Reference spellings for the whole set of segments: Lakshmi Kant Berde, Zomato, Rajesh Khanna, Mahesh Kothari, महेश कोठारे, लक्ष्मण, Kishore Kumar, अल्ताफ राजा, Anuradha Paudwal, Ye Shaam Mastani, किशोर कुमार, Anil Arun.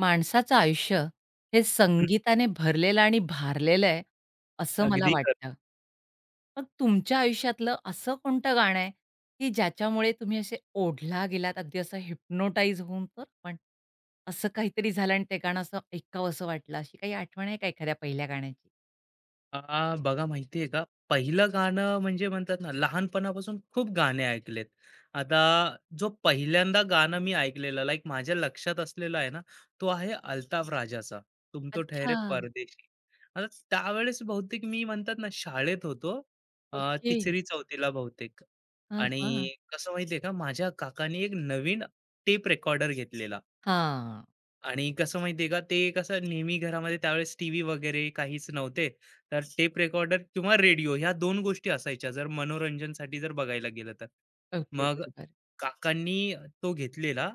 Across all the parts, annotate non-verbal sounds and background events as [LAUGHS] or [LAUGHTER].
माणसाचं आयुष्य हे हं, संगीताने भरलेलं आणि भारलेलं आहे, असं मला अगदी खरं. वाटतं. मग तुमच्या आयुष्यातलं असं कोणतं गाणं आहे, की ज्याच्यामुळे तुम्ही असे ओढला गेलात, अगदी असं हिप्नोटाईज होऊन तर पण असं काहीतरी झालं आणि ते गाणं असं ऐकावसं वाटलं, अशी काही आठवण आहे का एखाद्या पहिल्या गाण्याची? बघा माहिती आहे का, पहिलं गाणं म्हणजे म्हणतात ना, लहानपणापासून खूप गाणे ऐकलेत. आता जो पहिल्यांदा गाणं मी ऐकलेलं, लाइक माझ्या लक्षात असलेला आहे ना, तो आहे अल्ताफ राजाचा, "तुम तो अच्छा, ठहरे परदेशी." आता त्यावेळेस बहुतेक मी म्हणतात ना, शाळेत होतो. ओके. 3री-4थीला बहुतेक हां, हां. आणि कसं माहिती का, माझ्या काकांनी एक नवीन टेप रेकॉर्डर घेतलेला. हां. आणि कसं माहितीये का, ते कसं नेहमी घरामध्ये त्यावेळेस टीव्ही वगैरे काहीच नव्हते. तर टेप रेकॉर्डर किंवा रेडिओ ह्या 2 गोष्टी असायच्या, जर मनोरंजनसाठी जर बघायला गेलं तर. ओके. मग बरोबर. काकांनी तो घेतलेला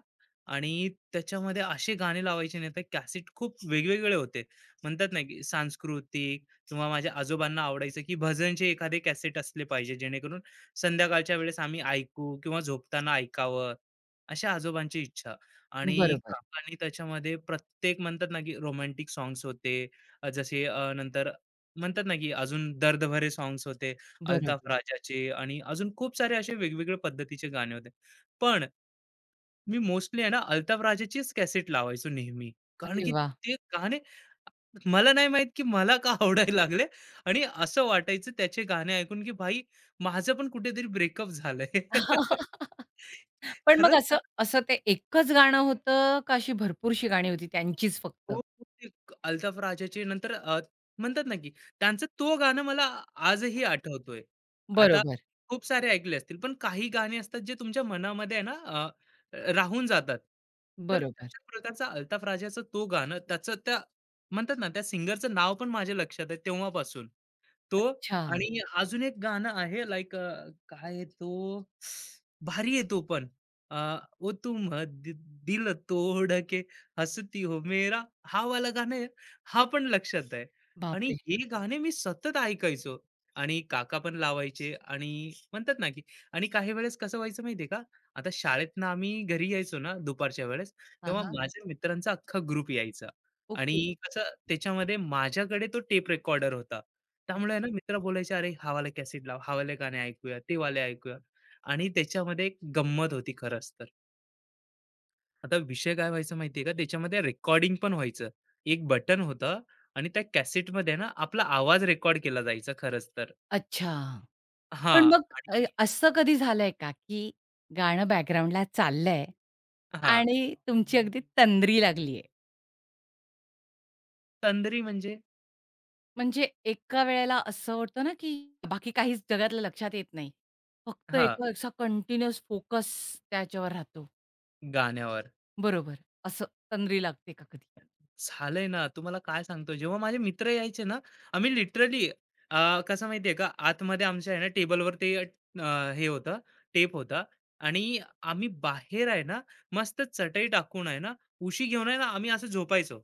आणि त्याच्यामध्ये असे गाणे लावायचे नाही तर कॅसेट खूप वेगवेगळे होते म्हणतात ना की सांस्कृतिक किंवा माझ्या आजोबांना आवडायचं की भजनचे एखादे कॅसेट असले पाहिजे जेणेकरून संध्याकाळच्या वेळेस आम्ही ऐकू किंवा झोपताना ऐकावं अशा आजोबांची इच्छा आणि बरोबर. काकांनी त्याच्यामध्ये प्रत्येक म्हणतात ना की रोमॅन्टिक सॉंग्स होते. नंतर म्हणतात ना की अजून दर्दभरे सॉंग्स होते अल्ताफ बरोबर. राजाचे आणि अजून खूप सारे असे वेगवेगळ्या पद्धतीचे गाणे होते. पण मी मोस्टली आहे ना अल्ताफ राजाचीच कॅसेट लावायचो नेहमी. कारण अरे की वाह! ते गाणे मला नाही माहित की मला का आवडायला लागले आणि असं वाटायचं त्याचे गाणे ऐकून की भाई माझं पण कुठेतरी ब्रेकअप झालंय. [LAUGHS] [LAUGHS] पण मग खरंच असं असं ते एकच गाणं होतं का अशी भरपूरशी गाणी होती त्यांचीच फक्त? हो, हो, अल्ताफ राजाचे नंतर म्हणतात ना, की त्यांचं तो गाणं मला आजही आठवतोय. आता बरोबर, खूप सारे ऐकले असतील, पण काही गाणी असतात जे तुमच्या मनामध्ये आहे ना राहून जातात. तर बरोबर. तशा प्रकारचा अल्ताफ राजाचं तो गाणं त्याचं त्या म्हणतात ना, त्या सिंगरचं नाव पण माझ्या लक्षात आहे तेव्हापासून. तो अच्छा. आणि अजून एक गाणं आहे लाइक काय आहे तो भारी आहे तो पण. अ, "ओ तुम दि दिल तोड के हसती हो मेरा" हा वाला गाणं आहे, हा पण लक्षात आहे. आणि बापरे! हे गाणे मी सतत ऐकायचो आणि काका पण लावायचे आणि म्हणतात ना, की आणि काही वेळेस कसं व्हायचं माहिती आहे का? आता शाळेतून आम्ही घरी यायचो ना दुपारच्या वेळेस, हां, तेव्हा हां. माझ्या मित्रांचा अख्खा ग्रुप यायचा ओके. आणि कसं त्याच्यामध्ये माझ्याकडे तो टेप रेकॉर्डर होता. त्यामुळे आहे ना अच्छा. मित्र बोलायचे, "अरे हा कॅसेट लाव, हा गाणे ऐकूया, ते वाले ऐकूया." आणि त्याच्यामध्ये एक गंमत होती खरंच तर. आता विषय काय व्हायचा माहिती का? त्याच्यामध्ये रेकॉर्डिंग पण व्हायचं. एक बटन होतं आणि त्या कॅसेटमध्ये ना आपला आवाज रेकॉर्ड केला जायचा खरंच तर. अच्छा. हां पण मग आणि असं कधी झालंय का, की गाणं बॅकग्राऊंडला चाललंय हां. आणि तुमची अगदी तंद्री लागलीये? तंद्री म्हणजे म्हणजे एका वेळेला असं होतं ना, की बाकी काहीच जगातलं लक्षात येत नाही. फक्त हां, एक असा कंटिन्युअस फोकस त्याच्यावर राहतो. गाण्यावर. बरोबर. असं तंद्री लागते का कधी? झालंय ना, तुम्हाला काय सांगतो, जेव्हा माझे मित्र यायचे ना, आम्ही लिटरली कसं माहितीये का, आतमध्ये आमच्या आहे ना टेबलवर ते हे होतं, टेप होता आणि आम्ही बाहेर आहे ना, मस्त चटई टाकून आहे ना, उशी घेऊन आहे ना, आम्ही असं झोपायचो,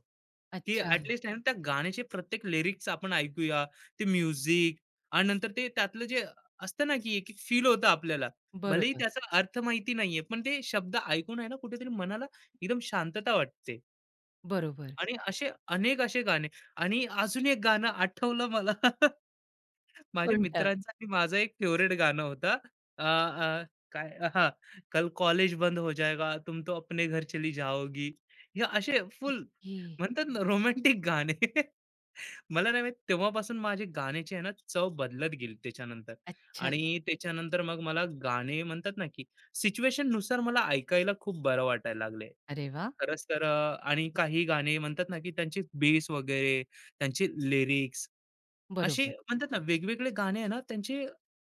की अच्छा. ॲटलीस्ट आहे ना, त्या गाण्याचे प्रत्येक लिरिक्स आपण ऐकूया, ते म्युझिक आणि नंतर ते त्यातलं जे असतं ना, की एक-एक फील होतं आपल्याला. भलेही बरोबर, त्याचा अर्थ माहिती नाहीये, पण ते शब्द ऐकून आहे ना, कुठेतरी मनाला एकदम शांतता वाटते. बरोबर. आणि असे अनेक असे गाणे आणि अजून एक गाणं आठवलं मला. [LAUGHS] माझ्या उलटं. मित्रांचा आणि माझा एक फेव्हरेट गाणं होतं. अ, अ, काय हां, कल कॉलेज बंद हो जाएगा, तुम तो अपने घर चली जाओगी. हे असे फुल ओके. म्हणतात ना रोमॅन्टिक गाणे. [LAUGHS] मला नाही माहित तेव्हापासून माझी गाण्याची आहे ना चव बदलत गेली त्याच्यानंतर अच्छा. आणि त्याच्यानंतर मग मला गाणे म्हणतात ना की सिच्युएशन नुसार मला ऐकायला खूप बरं वाटायला लागले अरे वाह! खरंच तर. आणि काही गाणे म्हणतात ना की त्यांचे बेस वगैरे त्यांचे लिरिक्स असे बरोबर, म्हणतात ना वेगवेगळे गाणे आहे ना त्यांचे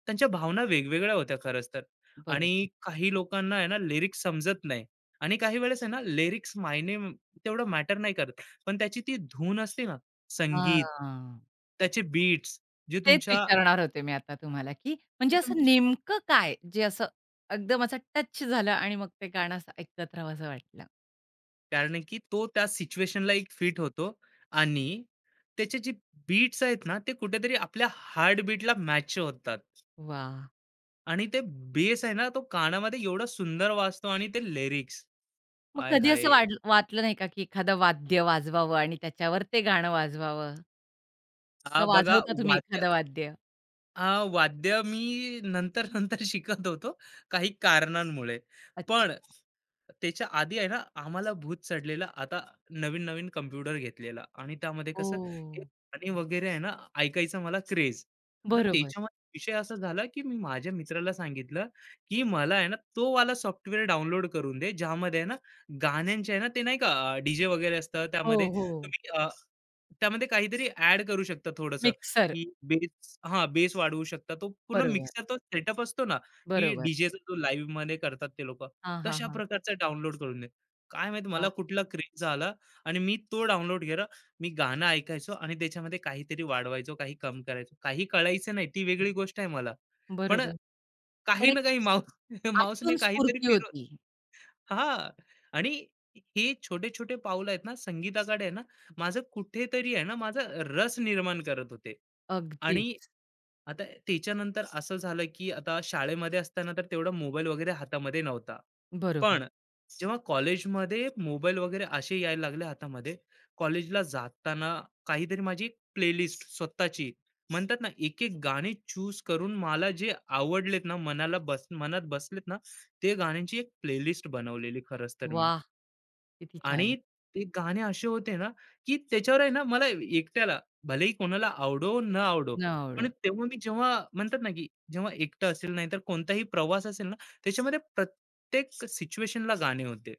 त्यांच्या भावना वेगवेगळ्या होत्या खरंच तर. आणि बरोबर. काही लोकांना आहे ना लिरिक्स समजत नाही आणि काही वेळेस आहे ना लिरिक्स मायने तेवढं मॅटर नाही करत पण त्याची ती धून असते ना संगीत, हां. त्याचे बीट्स जे तेच तुमच्या विचारणार होते मी आता तुम्हाला, की ते म्हणजे असं तुमच्या नेमकं काय, जे असं एकदम असं टच झालं आणि मग ते गाणं असं ऐकत राहावसं वाटलं? कारण की तो त्या सिच्युएशनला एक फिट होतो आणि त्याचे जे बीट्स आहेत ना, ते कुठेतरी आपल्या हार्टबीटला मॅच होतात वाह! आणि ते बेस आहे ना, तो कानामध्ये एवढा सुंदर वाजतो आणि ते लिरिक्स, मग आय कधी असं हाय! वाटलं नाही का, की एखादं वाद्य वाजवावं आणि त्याच्यावर ते गाणं वाजवावं? हा का बघा वाजवता तुम्ही वाद्य एखादं वाद्य? वाद्य मी नंतर नंतर शिकत होतो काही कारणांमुळे. पण अच्छा. त्याच्या आधी आहे ना, आम्हाला भूत चढलेलं. आता नवीन-नवीन कॉम्प्युटर घेतलेला आणि त्यामध्ये कसं ओह! हे गाणी वगैरे आहे ना, ऐकायचा मला क्रेझ. आता बरोबर. त्याच्यामध्ये विषय असा झाला, की मी माझ्या मित्राला सांगितलं, की मला आहे ना, तो वाला सॉफ्टवेअर डाउनलोड करून दे, ज्यामध्ये आहे ना, गाण्यांचे आहे ना, ते नाही का अ, वगैरे असतं हो, त्यामध्ये हो. तुम्ही त्यामध्ये काहीतरी ॲड करू शकता थोडंसं. मिक्सर. की बेस हां, बेस वाढवू शकता. तो पूर्ण बरोबर, मिक्सर तो सेटअप असतो ना, की बरोबर. डीजेचा जो लाईव्हमध्ये करतात ते लोकं, हां, हां, तशा हां. प्रकारचा डाउनलोड करून दे. काय माहीत मला कुठला क्रेझ झाला आणि मी तो डाउनलोड केला. मी गाणं ऐकायचो आणि त्याच्यामध्ये काहीतरी वाढवायचो, काही कमी करायचो. काही कळायचं नाही, ती वेगळी गोष्ट आहे मला. पण बरोबर. काही पण एक ना काही माऊ [LAUGHS] माऊसने आतून काहीतरी स्फूर्ती फिरव होती. हां. आणि हे छोटे-छोटे पाऊल आहेत ना, संगीताकडे आहे ना, माझं कुठेतरी आहे ना, माझा रस निर्माण करत होते. आणि अगदीच. आता त्याच्यानंतर असं झालं, की आता शाळेमध्ये असताना तर तेवढा मोबाईल वगैरे हातामध्ये नव्हता. बरोबर. पण जेव्हा कॉलेजमध्ये मोबाईल वगैरे असे यायला लागले हातामध्ये, कॉलेजला जाताना काहीतरी माझी एक प्लेलिस्ट स्वतःची म्हणतात ना, एक-एक गाणी चूज करून मला जे आवडलेत ना, मनाला बस मनात बसलेत ना, ते गाण्यांची एक प्लेलिस्ट बनवलेली खरंच तर मी. वाह! किती छान. आणि ते गाणे असे होते ना, की त्याच्यावर आहे ना मला एकट्याला, भलेही कोणाला आवडो न आवडो, पण नवळो. तेव्हा मी जेव्हा म्हणतात ना, की जेव्हा एकटं असेल, नाहीतर कोणताही प्रवास असेल ना, त्याच्यामध्ये प्रत्येक सिच्युएशनला गाणे होते.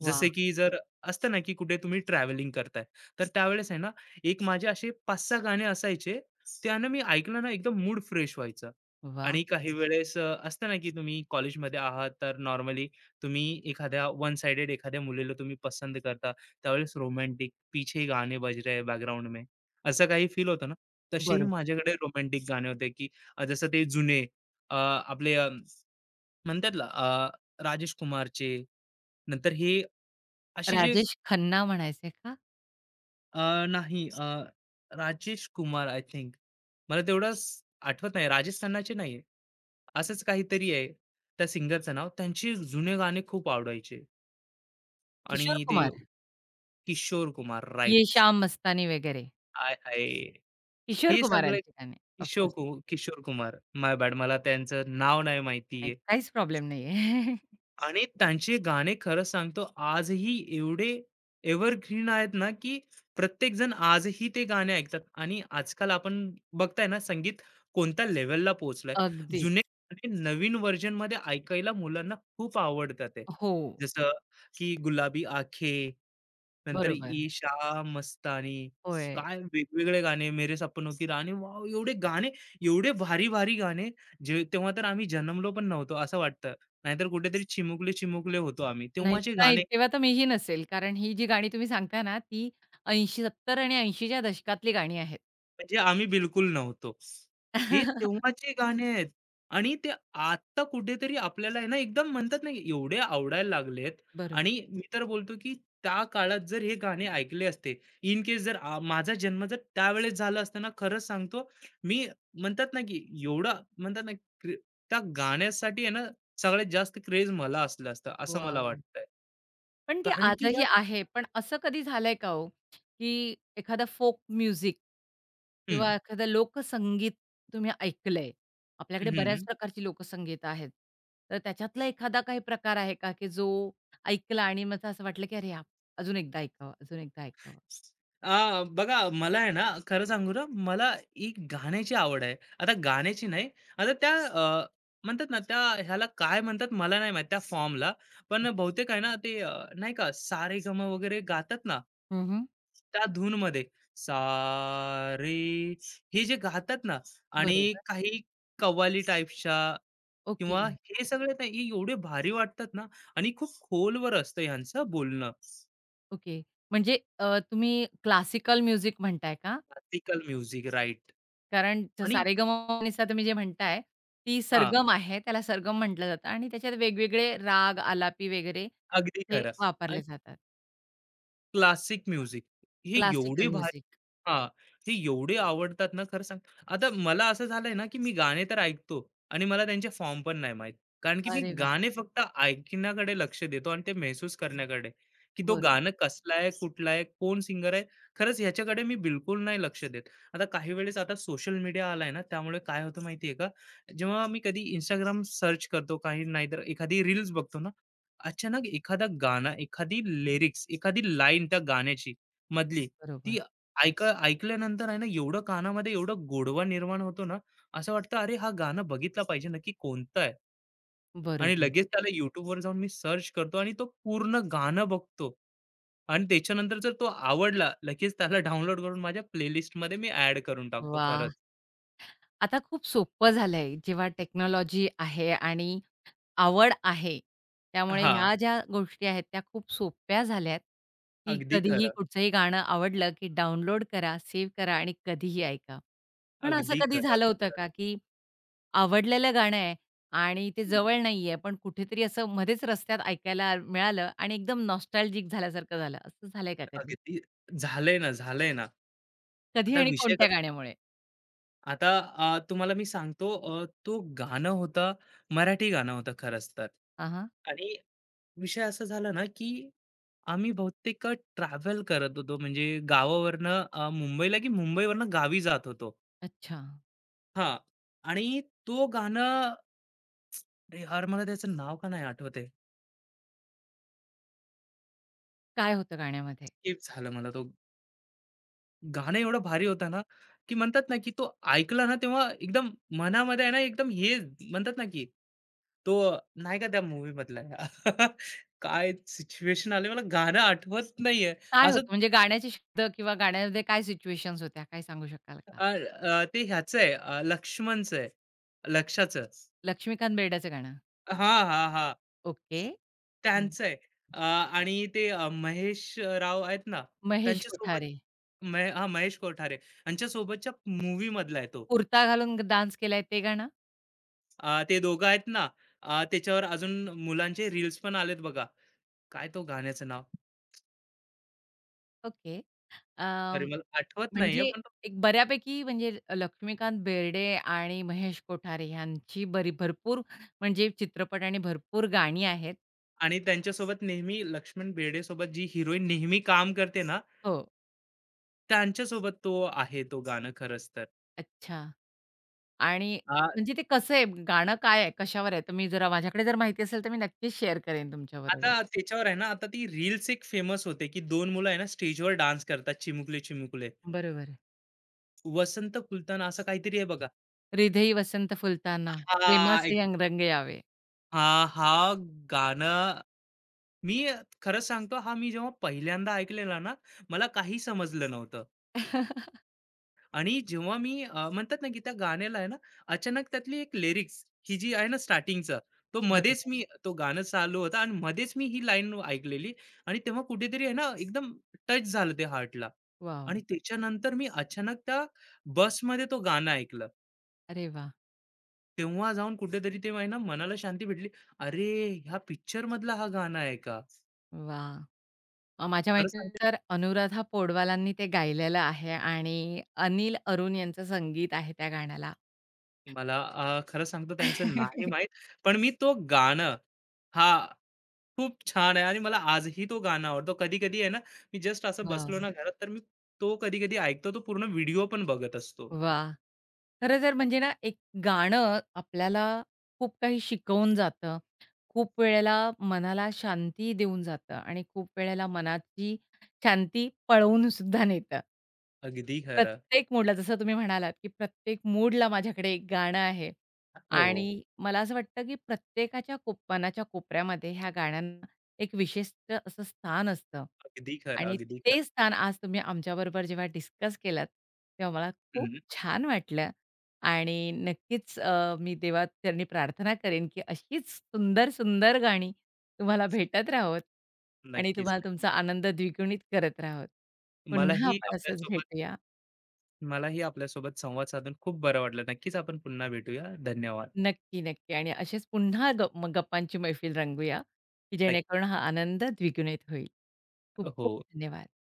वाह! जसे की जर असतं ना, की कुठे तुम्ही ट्रॅव्हलिंग करताय, तर त्यावेळेस आहे ना, एक माझे असे 5-6 गाणे असायचे. त्यानं मी ऐकलं ना, एकदम मूड फ्रेश व्हायचा. वाह! आणि काही वेळेस असतं ना, की तुम्ही कॉलेजमध्ये आहात, तर नॉर्मली तुम्ही एखाद्या वन साइडेड एखाद्या मुलीला तुम्ही पसंत करता, त्यावेळेस रोमॅन्टिक पीछे गाणे बज रहे हैं में, असं काही फील होतं ना, तसेही बरोबर. माझ्याकडे रोमॅन्टिक गाणे होते, की जसं ते जुने आपले म्हणतात ना राजेश कुमारचे, नंतर हे असे जे राजेश खन्ना म्हणायचे का? नाही राजेश कुमार आय थिंक मला तेवढंच आठवत नाही, राजेश खन्नाचे नाहीये. असंच काहीतरी आहे त्या सिंगरचं नाव. त्यांची जुने गाणे खूप आवडायचे आणि किशोर ते कुमार. किशोर कुमार ये राइट. शाम मस्तानी वगैरे. आय, हाय! हे किशोर सगळे कुमारांची गाणी. Of course. किशोर कुमार. My bad मला त्यांचं नाव नाही माहिती नाही, आहे. काहीच प्रॉब्लेम नाहीये. आणि त्यांचे गाणे खरं सांगतो आजही एवढे एव्हरग्रीन आहेत ना की प्रत्येक जण आजही ते गाणे ऐकतात आणि आजकाल आपण बघताय ना संगीत कोणत्या लेवलला पोहोचलंय. जुने अगदीच. गाणे नवीन व्हर्जन मध्ये ऐकायला मुलांना खूप आवडतात ते हो. जसं की गुलाबी आखे नंतर बरोबर. ईशा मस्तानी होय. काय वेगवेगळे गाणे मेरे सपनो की राणी वाव एवढे गाणे एवढे भारी भारी गाणे जे तेव्हा तर आम्ही जन्मलो पण नव्हतो असं वाटतं नाहीतर कुठेतरी चिमुकले-चिमुकले होतो आम्ही. नाही, तेव्हाचे नाही गाणे तेव्हा तर मीही नसेल. कारण ही जी गाणी तुम्ही सांगताय ना, ती 80, 70 आणि 80च्या दशकातली गाणी आहेत. म्हणजे आम्ही बिलकुल नव्हतो. हे तेव्हाचे गाणे आहेत आणि ते आता कुठेतरी आपल्याला आहे ना एकदम म्हणतात ना एवढे आवडायला लागलेत. बरोबर. आणि मी तर बोलतो की त्या काळात जर हे गाणे ऐकले असते, इन केस जर माझा जन्म जर त्यावेळेस झाला असता ना, खरंच सांगतो मी म्हणतात ना की एवढा म्हणतात ना क्रे त्या गाण्यासाठी आहे ना सगळ्यात जास्त क्रेज मला असलं असतं, असं मला वाह! वाटतंय. पण ती कारण की ह्या आजही आहे. पण असं कधी झालंय का हो, की एखादा फोक म्युझिक हं, किंवा एखादं लोकसंगीत तुम्ही ऐकलंय? आपल्याकडे हं. बऱ्याच हं. प्रकारची लोकसंगीत आहेत. तर त्याच्यातला एखादा काही प्रकार आहे का, की जो ऐकला आणि मग असं वाटलं, की "अरे हां, अजून एकदा ऐकावं, अजून एकदा ऐकावं." आ, बघा मला आहे ना खरं सांगू ना मला एक गाण्याची आवड आहे. आता गाण्याची नाही आता त्या म्हणतात ना त्या ह्याला काय म्हणतात मला नाही माहित त्या फॉर्मला. पण ओके. बहुतेक आहे ना ते नाही का सा रे वगैरे गातात ना. हं, त्या धूनमध्ये सा रे हे जे गातात ना आणि बरोबर. काही कव्वाली टाईपच्या ओके, किंवा हे सगळे नाही एवढे भारी वाटतात ना आणि खूप खोलवर असतं ह्यांचं बोलणं. ओके. म्हणजे तुम्ही क्लासिकल म्युझिक म्हणताय का? क्लासिकल म्युझिक राइट कारण आणि सारेगमपा तुम्ही जे म्हणताय, ती हां, सरगम आहे. त्याला सरगम म्हटलं जातं आणि त्याच्यात वेगवेगळे राग, आलापी वगैरे अगदी तिथे खरं आणि वापरले जातात. क्लासिक म्युझिक हे एवढे क्लासिकल भारी म्युझिक. हां, ते एवढे आवडतात ना खरं सांग. आता मला असं झालंय ना, की मी गाणे तर ऐकतो आणि मला त्यांचे फॉर्म पण नाही माहीत. कारण की मी अरे वाह! गाणे फक्त ऐकण्याकडे लक्ष देतो आणि ते महसूस करण्याकडे, की तो बरोबर, गाणं कसला आहे, कुठला आहे, कोण सिंगर आहे, खरंच ह्याच्याकडे मी बिलकुल नाही लक्ष देत. आता काही वेळेस आता सोशल मीडिया आलाय ना, त्यामुळे काय होतं माहिती आहे का, जेव्हा मी कधी Instagram सर्च करतो, काही नाहीतर एखादी रील्स बघतो ना, अचानक एखादा गाणं, एखादी लिरिक्स, एखादी लाईन त्या गाण्याची मधली, ती बरोबर, ऐकल्यानंतर आहे ना एवढं कानामध्ये एवढं गोडवा निर्माण होतो ना, असं वाटतं अरे हा गाणं बघितला पाहिजे नक्की कोणतं आहे? आणि बरोबर. लगेच त्याला YouTubeवर जाऊन मी सर्च करतो आणि तो पूर्ण गाणं बघतो. आणि त्याच्यानंतर जर तो आवडला, लगेच त्याला डाउनलोड करून माझ्या प्लेलिस्टमध्ये मी ॲड करून टाकतो खरंच. वाह! आता खूप सोपं झालंय जेव्हा टेक्नॉलॉजी आहे आणि आवड आहे. त्यामुळे हां, ह्या ज्या गोष्टी आहेत त्या खूप सोप्या झाल्यात, की अगदी कधीही खरं. कुठचंही गाणं आवडलं, की डाउनलोड करा, सेव्ह करा आणि कधीही ऐका. पण असं अगदी कधी खरं, झालं अगदी होतं खरं. का, की आवडलेलं गाणं आहे आणि ते हं, जवळ नाहीये, पण कुठेतरी असं मध्येच रस्त्यात ऐकायला मिळालं आणि एकदम नॉस्टॅल्जिक झाल्यासारखं झालं. असं झालंय का कधी? अगदी झालंय ना, झालंय ना. कधी आता आणि विषय कोणत्या कसा गाण्यामुळे? आता तुम्हाला मी सांगतो तो गाणं होतं मराठी गाणं होतं खरंच तर. हां, हां. आणि विषय असा झाला ना, की आम्ही बहुतेक ट्रॅव्हल करत होतो म्हणजे गावावरनं मुंबईला की मुंबईवरनं गावी जात होतो. अच्छा. हां. आणि तो गाणं अरे यार, मला त्याचं नाव का नाही आठवत. काय होतं गाण्यामध्ये? स्किप झालं मला तो. गाणं एवढं भारी होतं ना, की म्हणतात ना, की तो ऐकला ना तेव्हा एकदम मनामध्ये आहे ना एकदम हे म्हणतात ना, की तो नाही का त्या मूव्हीमधला [LAUGHS] काय सिच्युएशन आली मला गाणं आठवत नाहीये. काय असं होतं म्हणजे गाण्याचे शब्द किंवा गाण्यामध्ये काय सिच्युएशन्स होत्या? काय सांगू शकाल का? अ, अ, ते ह्याचं आहे लक्ष्मणचं आहे. लक्ष्याचं. लक्ष्मीकांत बेर्डेचं गाणं. हां, हां, हां. ओके. म- त्यांचं आहे. अ, आणि ते महेश राव आहेत ना, महेश त्यांच्यासोबत कोठारे. हां, महेश कोठारे यांच्यासोबतच्या मूव्हीमधला आहे तो. कुर्ता घालून डान्स केलाय ते गाणं? ते दोघं आहेत ना, त्याच्यावर अजून मुलांचे रील्स पण आलेत बघा. काय तो गाण्याचं नाव? ओके. अरे, मला आठवत नाहीये म्हणजे पण तो- एक बऱ्यापैकी म्हणजे लक्ष्मीकांत बेर्डे आणि महेश कोठारे ह्यांची बरी भरपूर म्हणजे चित्रपट आणि भरपूर गाणी आहेत. आणि त्यांच्यासोबत नेहमी लक्ष्मण बेर्डेसोबत जी हिरोईन नेहमी काम करते ना, हो. त्यांच्यासोबत तो आहे तो गाणं खरंच तर. अच्छा आणि म्हणजे ते कसं आहे? गाणं काय आहे? कशावर आहे? तर मी जरा माझ्याकडे जर माहिती असेल तर मी नक्कीच शेअर करेन तुमच्याबरोबर. आता त्याच्यावर आहे ना, आता ती रील्स एक फेमस होते, की दोन मुलं आहे ना स्टेजवर डान्स करतात चिमुकले-चिमुकले. बरोबर वसंत फुलताना असं काहीतरी आहे बघा. हृदयी वसंत फुलताना, हां, एक प्रेमाचे अंग रंग यावे. हां, हां, गाणं मी खरं सांगतो, हा मी जेव्हा पहिल्यांदा ऐकलेला ना, मला काही समजलं नव्हतं. [LAUGHS] आणि जेव्हा मी म्हणतात ना, की त्या गाण्याला आहे ना, अचानक त्यातली एक लिरिक्स ही जी आहे ना स्टार्टिंगचं, तो मध्येच बरोबर. मी तो गाणं चालू होता आणि मध्येच मी ही लाईन ऐकलेली आणि तेव्हा कुठेतरी आहे ना, एकदम टच झालं ते हार्टला वॉव! आणि त्याच्यानंतर मी अचानक त्या बसमध्ये तो गाणं ऐकलं. अरे वाह! तेव्हा जाऊन कुठेतरी ते आहे ना, मनाला शांती भेटली. अरे, ह्या पिक्चरमधला हा गाणं आहे का? वाह! माझ्या खरं माहितीने सांगतो तर अनुराधा पौडवालांनी ते गायलेलं आहे आणि अनिल अरुण यांचं संगीत आहे त्या गाण्याला. तुम्हाला खरं सांगतो त्यांचं नाही [LAUGHS] माहीत, पण मी तो गाणं हां. खूप छान आहे आणि मला आजही तो गाणं आवडतो. कधी-कधी आहे ना, मी जस्ट असं बसलो वाह! ना घरात, तर मी तो कधी-कधी ऐकतो. तो पूर्ण व्हिडिओ पण बघत असतो. वाह! खरं तर म्हणजे ना, एक गाणं आपल्याला खूप काही शिकवून जातं. खूप वेळेला मनाला शांती देऊन जातं आणि खूप वेळेला मनाची शांती पळवून सुद्धा नेतं. अगदी खरं. प्रत्येक मूडला जसं तुम्ही म्हणालात, की प्रत्येक मूडला माझ्याकडे एक गाणं आहे हो, आणि मला असं वाटतं, की प्रत्येकाच्या मनाच्या कोपऱ्यामध्ये ह्या गाण्यांना एक विशिष्ट असं स्थान असतं अगदी खरं, आणि अगदी ते खरं. स्थान आज तुम्ही आमच्याबरोबर जेव्हा डिस्कस केलात, तेव्हा मला खूप हं, छान वाटलं आणि नक्कीच मी देवाचरणी प्रार्थना करेन, की अशीच सुंदर, सुंदर गाणी तुम्हाला भेटत राहोत आणि नक्कीच. तुम्हाला तुमचा आनंद द्विगुणित करत राहोत. पुन्हा मलाही आपण असंच आपल्यासोबत भेटूया. मलाही आपल्यासोबत संवाद साधून खूप बरं वाटलं. नक्कीच आपण पुन्हा भेटूया. धन्यवाद. नक्की, नक्की. आणि असेच पुन्हा मग गप्पांची मैफिल रंगूया, की नक्क जेणेकरून हा आनंद द्विगुणित होईल. खूप हो. खूप धन्यवाद.